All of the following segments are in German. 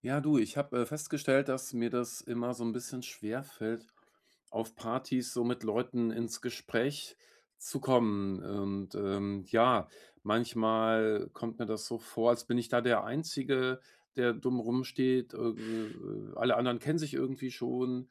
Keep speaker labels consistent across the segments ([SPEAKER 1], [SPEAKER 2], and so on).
[SPEAKER 1] Ja, du, ich habe festgestellt, dass mir das immer so ein bisschen schwer fällt, auf Partys so mit Leuten ins Gespräch zu kommen. Und ja, manchmal kommt mir das so vor, als bin ich da der Einzige, der dumm rumsteht. Alle anderen kennen sich irgendwie schon.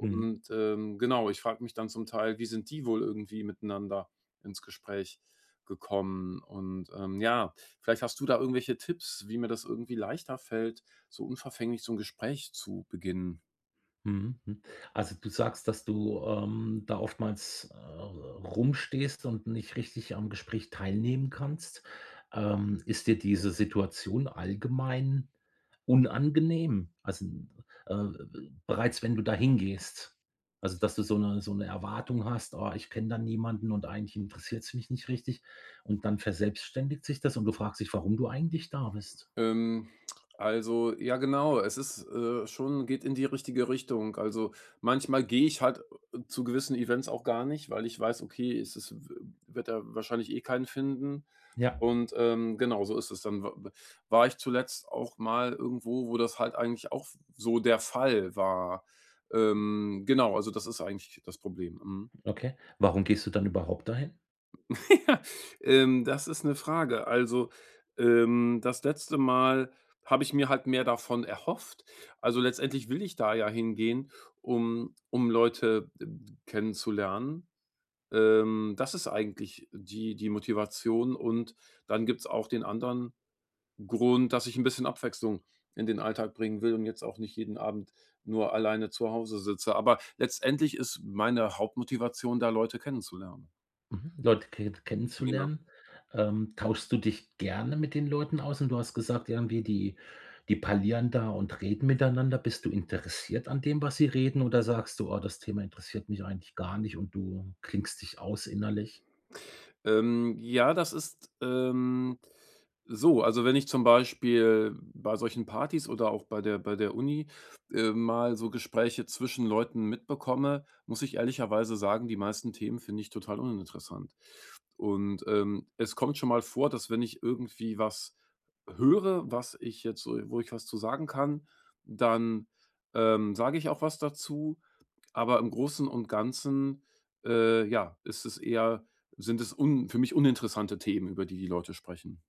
[SPEAKER 2] Mhm,
[SPEAKER 1] genau, ich frage mich dann zum Teil: „Wie sind die wohl irgendwie miteinander ins Gespräch gekommen?" Und ja, vielleicht hast du da irgendwelche Tipps, wie mir das irgendwie leichter fällt, so unverfänglich so 'n Gespräch zu beginnen.
[SPEAKER 2] mhm, mhm. Also, du sagst, dass du, da oftmals, rumstehst und nicht richtig am Gespräch teilnehmen kannst. Ist dir diese Situation allgemein unangenehm? Also, äh, bereits wenn du da hingehst? Also, dass du so eine Erwartung hast: „Oh, ich kenne da niemanden und eigentlich interessiert es mich nicht richtig.“ Und dann verselbstständigt sich das und du fragst dich, warum du eigentlich da bist.
[SPEAKER 1] Ähm, also, ja genau, es ist, schon geht in die richtige Richtung. Also, manchmal gehe ich halt, zu gewissen Events auch gar nicht, weil ich weiß, okay, es ist w wird er wahrscheinlich eh keinen finden.
[SPEAKER 2] Ja.
[SPEAKER 1] Und genau, so ist es. Dann w war ich zuletzt auch mal irgendwo, wo das halt eigentlich auch so der Fall war. Genau, also das ist eigentlich das Problem. Mhm.
[SPEAKER 2] Okay. Warum gehst du dann überhaupt dahin?
[SPEAKER 1] Ja, das ist eine Frage. Also, das letzte Mal habe ich mir halt mehr davon erhofft. Also, letztendlich will ich da ja hingehen, um Leute kennenzulernen. Das ist eigentlich die Motivation und dann gibt's auch den anderen Grund, dass ich ein bisschen Abwechslung in den Alltag bringen will und jetzt auch nicht jeden Abend nur alleine zu Hause sitze. Aber letztendlich ist meine Hauptmotivation, da Leute kennenzulernen.
[SPEAKER 2] Mhm. Leute ke
[SPEAKER 1] Ja.
[SPEAKER 2] kennenzulernen. Tauschst du dich gerne mit den Leuten aus? Und du hast gesagt, irgendwie die parlieren da und reden miteinander. Bist du interessiert an dem, was sie reden oder sagst du: „Oh, das Thema interessiert mich eigentlich gar nicht“, und du klingst dich aus innerlich?
[SPEAKER 1] Ja, das ist, so, also wenn ich zum Beispiel bei solchen Partys oder auch bei der Uni, mal so Gespräche zwischen Leuten mitbekomme, muss ich ehrlicherweise sagen, die meisten Themen finde ich total uninteressant. Und es kommt schon mal vor, dass wenn ich irgendwie was höre, was ich jetzt so wo ich was zu sagen kann, dann sage ich auch was dazu. Aber im Großen und Ganzen, ja, ist es eher sind es un für mich uninteressante Themen, über die die Leute sprechen.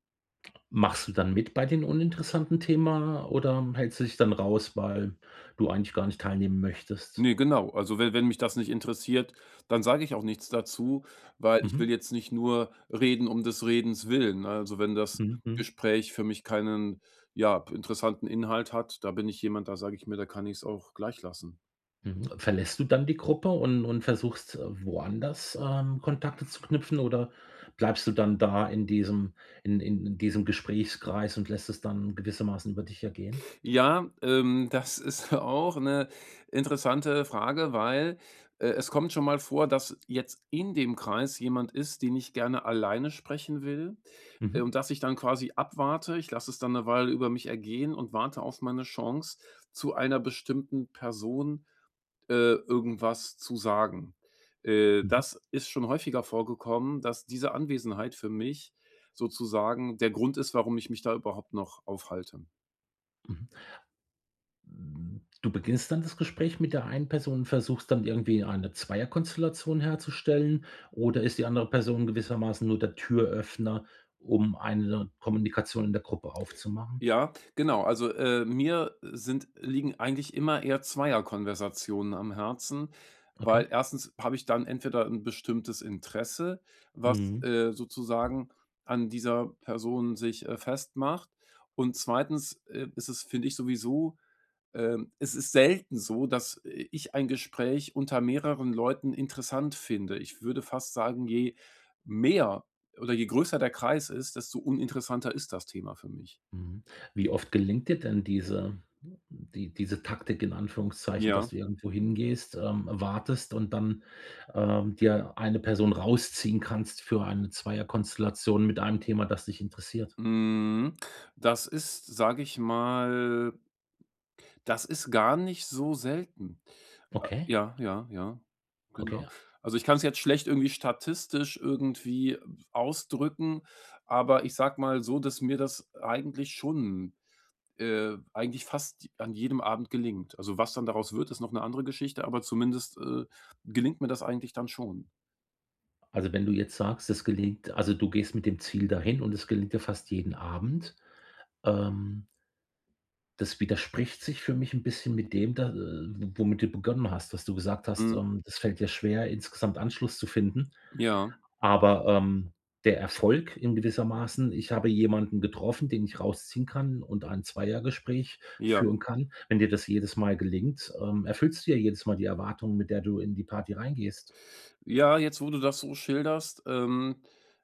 [SPEAKER 2] Machst du dann mit bei den uninteressanten Thema oder hältst du dich dann raus, weil du eigentlich gar nicht teilnehmen möchtest?
[SPEAKER 1] Ne, genau. Also, wenn mich das nicht interessiert, dann sage ich auch nichts dazu, weil ich will
[SPEAKER 2] Mhm.
[SPEAKER 1] jetzt nicht nur reden um des Redens willen. Ne? Also, wenn das
[SPEAKER 2] Mhm, mhm.
[SPEAKER 1] Gespräch für mich keinen, ja, interessanten Inhalt hat, da bin ich jemand, da sage ich mir, da kann ich's auch gleich lassen.
[SPEAKER 2] Mhm. Verlässt du dann die Gruppe und versuchst, woanders, Kontakte zu knüpfen oder bleibst du dann da in diesem Gesprächskreis und lässt es dann gewissermaßen über dich ergehen?
[SPEAKER 1] Ja, das ist auch eine interessante Frage, weil, es kommt schon mal vor, dass jetzt in dem Kreis jemand ist, den ich gerne alleine sprechen will,
[SPEAKER 2] Mhm.
[SPEAKER 1] und dass ich dann quasi abwarte. Ich lasse es dann eine Weile über mich ergehen und warte auf meine Chance, zu einer bestimmten Person irgendwas zu sagen.
[SPEAKER 2] Mhm,
[SPEAKER 1] Das ist schon häufiger vorgekommen, dass diese Anwesenheit für mich sozusagen der Grund ist, warum ich mich da überhaupt noch aufhalte.
[SPEAKER 2] mhm. Hm, du beginnst dann das Gespräch mit der einen Person und versuchst dann irgendwie eine Zweierkonstellation herzustellen, oder ist die andere Person gewissermaßen nur der Türöffner, um eine Kommunikation in der Gruppe aufzumachen?
[SPEAKER 1] Ja, genau. Also, mir sind liegen eigentlich immer eher Zweierkonversationen am Herzen,
[SPEAKER 2] Okay.
[SPEAKER 1] weil erstens habe ich dann entweder ein bestimmtes Interesse, was,
[SPEAKER 2] Mhm.
[SPEAKER 1] sozusagen an dieser Person sich, festmacht. Und zweitens, ist es, finde ich, sowieso es ist selten so, dass, ich ein Gespräch unter mehreren Leuten interessant finde. Ich würde fast sagen, je mehr oder je größer der Kreis ist, desto uninteressanter ist das Thema für mich.
[SPEAKER 2] Mhm. Wie oft gelingt dir denn diese Taktik in Anführungszeichen,
[SPEAKER 1] Ja.
[SPEAKER 2] dass du irgendwo hingehst, wartest und dann dir eine Person rausziehen kannst für eine Zweierkonstellation mit einem Thema, das dich interessiert?
[SPEAKER 1] Mhm. Das ist, sage ich mal, das ist gar nicht so selten.
[SPEAKER 2] Okay,
[SPEAKER 1] Ja, ja, ja, genau.
[SPEAKER 2] okay.
[SPEAKER 1] Also, ich kann es jetzt schlecht irgendwie statistisch irgendwie ausdrücken, aber ich sage mal so, dass mir das eigentlich schon, eigentlich fast an jedem Abend gelingt. Also, was dann daraus wird, ist noch eine andere Geschichte, aber zumindest, gelingt mir das eigentlich dann schon.
[SPEAKER 2] Also, wenn du jetzt sagst, es gelingt, also du gehst mit dem Ziel dahin und es gelingt dir fast jeden Abend. Ähm, Das widerspricht sich für mich ein bisschen mit dem da womit du begonnen hast, was du gesagt hast:
[SPEAKER 1] Mhm.
[SPEAKER 2] Das fällt dir schwer, insgesamt Anschluss zu finden.
[SPEAKER 1] Ja,
[SPEAKER 2] Aber, der Erfolg in gewissermaßen, ich habe jemanden getroffen, den ich rausziehen kann und ein Zweiergespräch
[SPEAKER 1] ja.
[SPEAKER 2] führen kann. Wenn dir das jedes Mal gelingt, erfüllst du ja jedes Mal die Erwartung, mit der du in die Party reingehst.
[SPEAKER 1] Ja, jetzt, wo du das so schilderst,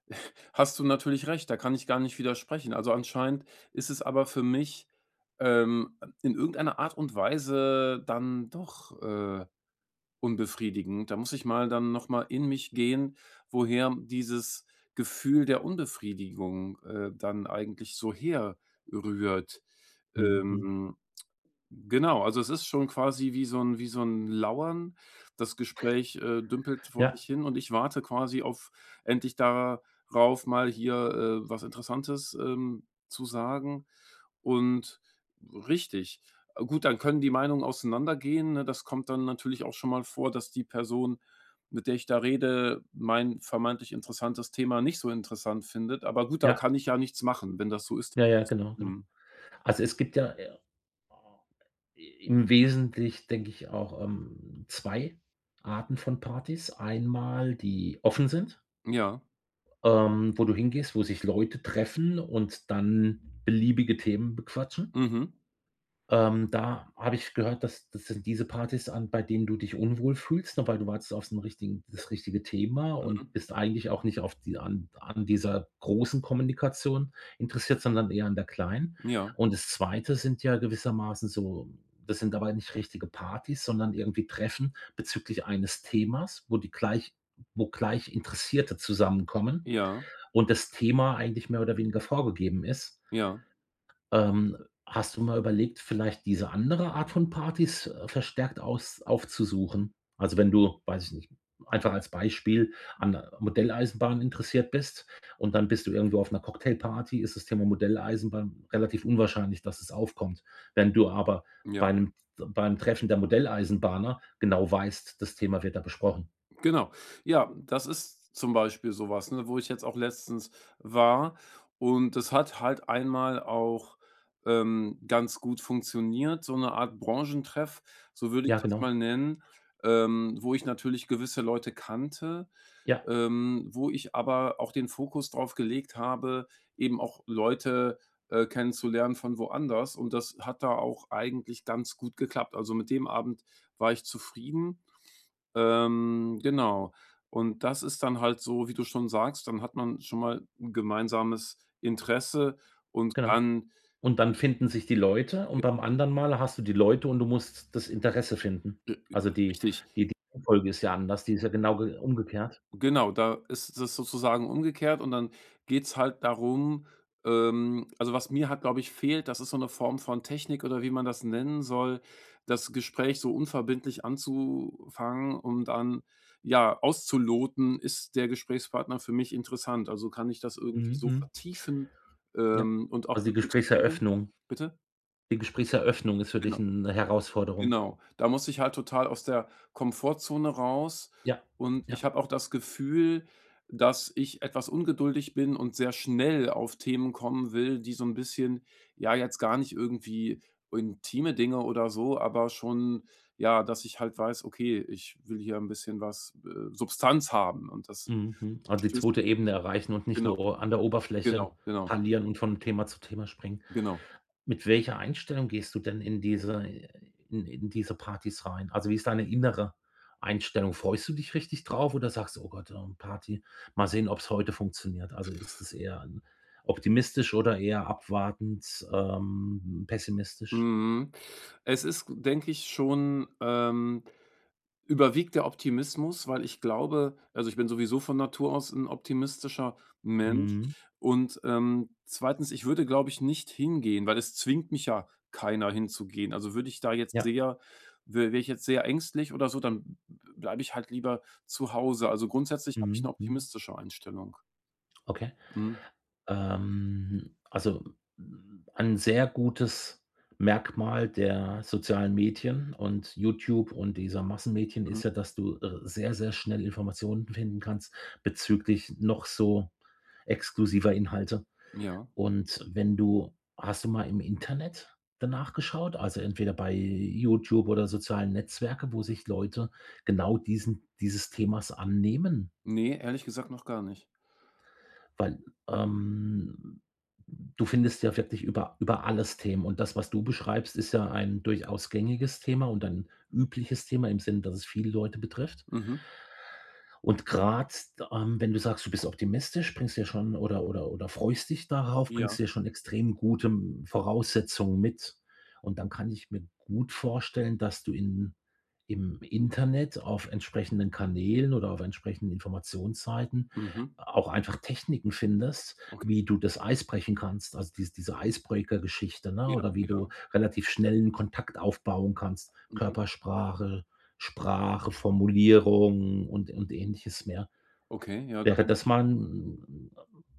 [SPEAKER 1] hast du natürlich recht, da kann ich gar nicht widersprechen. Also, anscheinend ist es aber für mich, in irgendeiner Art und Weise dann doch, unbefriedigend. Da muss ich mal dann noch mal in mich gehen, woher dieses Gefühl der Unbefriedigung, dann eigentlich so herrührt.
[SPEAKER 2] Mhm.
[SPEAKER 1] Ähm Genau, also es ist schon quasi wie so 'n Lauern. Das Gespräch, dümpelt vor sich
[SPEAKER 2] Ja,
[SPEAKER 1] hin und ich warte quasi auf endlich darauf, mal hier, was Interessantes, zu sagen. Und richtig. Gut, dann können die Meinungen auseinandergehen, ne? Das kommt dann natürlich auch schon mal vor, dass die Person, mit der ich da rede, mein vermeintlich interessantes Thema nicht so interessant findet. Aber gut, da
[SPEAKER 2] ja,
[SPEAKER 1] kann ich ja nichts machen, wenn das so ist.
[SPEAKER 2] ja, ja, genau, genau.
[SPEAKER 1] Mhm.
[SPEAKER 2] Also, es gibt ja, im Wesentlichen, denke ich, auch, 2 Arten von Partys. Einmal, die offen sind,
[SPEAKER 1] Ja.
[SPEAKER 2] wo du hingehst, wo sich Leute treffen und dann beliebige Themen bequatschen.
[SPEAKER 1] Mhm.
[SPEAKER 2] Da habe ich gehört, dass das sind diese Partys, an bei denen du dich unwohl fühlst, ne, weil du wartest auf den richtigen das richtige Thema
[SPEAKER 1] Mhm.
[SPEAKER 2] und bist eigentlich auch nicht auf die an dieser großen Kommunikation interessiert, sondern eher an der kleinen.
[SPEAKER 1] Ja.
[SPEAKER 2] Und das Zweite sind ja gewissermaßen so, das sind aber nicht richtige Partys, sondern irgendwie Treffen bezüglich eines Themas, wo gleich Interessierte zusammenkommen
[SPEAKER 1] Ja,
[SPEAKER 2] und das Thema eigentlich mehr oder weniger vorgegeben ist.
[SPEAKER 1] ja,
[SPEAKER 2] Ähm, Hast du mal überlegt, vielleicht diese andere Art von Partys, verstärkt aus aufzusuchen? Also, wenn du, weiß ich nicht, einfach als Beispiel an Modelleisenbahnen interessiert bist und dann bist du irgendwo auf einer Cocktailparty, ist das Thema Modelleisenbahn relativ unwahrscheinlich, dass es aufkommt. Wenn du aber
[SPEAKER 1] ja,
[SPEAKER 2] beim Treffen der Modelleisenbahner genau weißt, das Thema wird da besprochen.
[SPEAKER 1] genau. Ja, das ist zum Beispiel sowas, ne, wo ich jetzt auch letztens war und das hat halt einmal auch, ganz gut funktioniert, so eine Art Branchentreff, so würde ich
[SPEAKER 2] Ja,
[SPEAKER 1] das
[SPEAKER 2] genau.
[SPEAKER 1] mal nennen, wo ich natürlich gewisse Leute kannte,
[SPEAKER 2] Ja,
[SPEAKER 1] wo ich aber auch den Fokus drauf gelegt habe, eben auch Leute, kennenzulernen von woanders und das hat da auch eigentlich ganz gut geklappt. Also, mit dem Abend war ich zufrieden. Genau. Und das ist dann halt so, wie du schon sagst, dann hat man schon mal 'n gemeinsames Interesse und
[SPEAKER 2] genau.
[SPEAKER 1] kann
[SPEAKER 2] Und dann finden sich die Leute und beim anderen Mal hast du die Leute und du musst das Interesse finden. Also, die
[SPEAKER 1] richtig.
[SPEAKER 2] die die Reihenfolge ist ja anders, die ist ja genau ge umgekehrt.
[SPEAKER 1] Genau, da ist es sozusagen umgekehrt und dann geht's halt darum, also, was mir halt, glaube ich, fehlt, das ist so eine Form von Technik oder wie man das nennen soll, das Gespräch so unverbindlich anzufangen, um dann, ja, auszuloten: Ist der Gesprächspartner für mich interessant? Also, kann ich das irgendwie so
[SPEAKER 2] Mhm.
[SPEAKER 1] vertiefen,
[SPEAKER 2] Ja.
[SPEAKER 1] und auch
[SPEAKER 2] Also,
[SPEAKER 1] möglichst schnell bitte?
[SPEAKER 2] Die Gesprächseröffnung ist für dich
[SPEAKER 1] Genau.
[SPEAKER 2] 'ne Herausforderung.
[SPEAKER 1] Genau, da muss ich halt total aus der Komfortzone raus
[SPEAKER 2] Ja,
[SPEAKER 1] und ich
[SPEAKER 2] ja.
[SPEAKER 1] habe auch das Gefühl, dass ich etwas ungeduldig bin und sehr schnell auf Themen kommen will, die so 'n bisschen, ja, jetzt gar nicht irgendwie intime Dinge oder so, aber schon, ja, dass ich halt weiß: „Okay, ich will hier 'n bisschen was, Substanz haben." Und das
[SPEAKER 2] Mhm. Also, die
[SPEAKER 1] stößt,
[SPEAKER 2] zweite Ebene erreichen und nicht
[SPEAKER 1] genau,
[SPEAKER 2] nur an der
[SPEAKER 1] genau,
[SPEAKER 2] Oberfläche
[SPEAKER 1] genau,
[SPEAKER 2] parlieren und von Thema zu Thema springen.
[SPEAKER 1] genau.
[SPEAKER 2] Mit welcher Einstellung gehst du denn in diese Partys rein? Also, wie ist deine innere Einstellung? Freust du dich richtig drauf oder sagst du: „Oh Gott, Party, mal sehen, ob es heute funktioniert?“ Also, ist es eher 'n optimistisch oder eher abwartend, pessimistisch?
[SPEAKER 1] Mhm. Es ist, denke ich, schon, überwiegt der Optimismus, weil ich glaube, also, ich bin sowieso von Natur aus ein optimistischer Mensch
[SPEAKER 2] Mhm.
[SPEAKER 1] und, 2. ich würde, glaube ich, nicht hingehen, weil es zwingt mich ja keiner hinzugehen. Also, würde ich da jetzt
[SPEAKER 2] Ja.
[SPEAKER 1] sehr, wäre ich jetzt sehr ängstlich oder so, dann bleibe ich halt lieber zu Hause. Also, grundsätzlich habe ich
[SPEAKER 2] Mhm.
[SPEAKER 1] eine
[SPEAKER 2] Mhm.
[SPEAKER 1] optimistische Einstellung.
[SPEAKER 2] Okay.
[SPEAKER 1] Mhm,
[SPEAKER 2] Also, ein sehr gutes Merkmal der sozialen Medien und YouTube und dieser Massenmedien
[SPEAKER 1] mhm,
[SPEAKER 2] ist ja, dass du, sehr, sehr schnell Informationen finden kannst bezüglich noch so exklusiver Inhalte.
[SPEAKER 1] ja.
[SPEAKER 2] Und wenn du hast du mal im Internet danach geschaut? Also, entweder bei YouTube oder sozialen Netzwerke, wo sich Leute genau diesen dieses Themas annehmen?
[SPEAKER 1] Ne, ehrlich gesagt noch gar nicht.
[SPEAKER 2] Weil, ähm, du findest ja wirklich über alles Themen und das, was du beschreibst, ist ja ein durchaus gängiges Thema und ein übliches Thema im Sinne, dass es viele Leute betrifft.
[SPEAKER 1] Mhm,
[SPEAKER 2] Und gerade wenn du sagst, du bist optimistisch, bringst dir schon, oder freust dich darauf,
[SPEAKER 1] ja,
[SPEAKER 2] bringst dir schon extrem gute M Voraussetzungen mit. Und dann kann ich mir gut vorstellen, dass du in im Internet auf entsprechenden Kanälen oder auf entsprechenden Informationsseiten
[SPEAKER 1] mhm,
[SPEAKER 2] auch einfach Techniken findest,
[SPEAKER 1] okay.
[SPEAKER 2] wie du das Eis brechen kannst, also diese Eisbreaker-Geschichte, ne,
[SPEAKER 1] Ja,
[SPEAKER 2] oder wie du
[SPEAKER 1] ja.
[SPEAKER 2] relativ schnell einen Kontakt aufbauen kannst.
[SPEAKER 1] Mhm.
[SPEAKER 2] Körpersprache, Sprache, Formulierung und Ähnliches mehr.
[SPEAKER 1] Okay, ja, da
[SPEAKER 2] Wäre
[SPEAKER 1] bin
[SPEAKER 2] das
[SPEAKER 1] ich
[SPEAKER 2] mal ein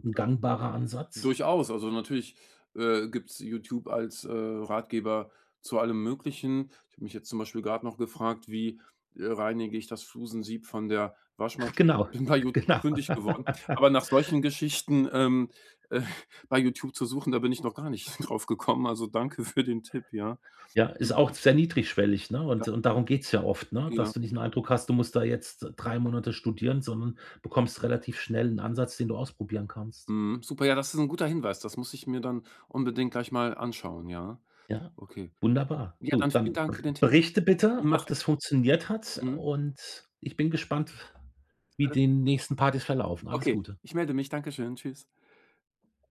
[SPEAKER 2] 'n gangbarer Ansatz?
[SPEAKER 1] durchaus. Also, natürlich, gibt's YouTube als, Ratgeber zu allem Möglichen. Ich habe mich jetzt zum Beispiel gerade noch gefragt: „Wie, reinige ich das Flusensieb von der Waschmaschine?"
[SPEAKER 2] Genau,
[SPEAKER 1] Bin bei YouTube
[SPEAKER 2] genau.
[SPEAKER 1] fündig geworden. Aber nach solchen Geschichten, äh, bei YouTube zu suchen, da bin ich noch gar nicht drauf gekommen. Also, danke für den Tipp, ja.
[SPEAKER 2] Ja, ist auch sehr niedrigschwellig, ne?
[SPEAKER 1] Ja,
[SPEAKER 2] Und darum geht's ja oft, ne,
[SPEAKER 1] ja.
[SPEAKER 2] dass du nicht den Eindruck hast, du musst da jetzt 3 Monate studieren, sondern bekommst relativ schnell einen Ansatz, den du ausprobieren kannst.
[SPEAKER 1] Mhm. Super, ja, das ist ein guter Hinweis. Das muss ich mir dann unbedingt gleich mal anschauen, ja.
[SPEAKER 2] Ja,
[SPEAKER 1] Okay.
[SPEAKER 2] wunderbar.
[SPEAKER 1] Ja,
[SPEAKER 2] Du,
[SPEAKER 1] dann vielen
[SPEAKER 2] dann
[SPEAKER 1] Dank für den Tipp.
[SPEAKER 2] berichte bitte,
[SPEAKER 1] Mach
[SPEAKER 2] ob das funktioniert hat,
[SPEAKER 1] Mhm.
[SPEAKER 2] und ich bin gespannt, wie
[SPEAKER 1] Alles
[SPEAKER 2] die nächsten Partys verlaufen. Alles
[SPEAKER 1] Okay,
[SPEAKER 2] Gute.
[SPEAKER 1] ich melde mich. Danke schön. Tschüss.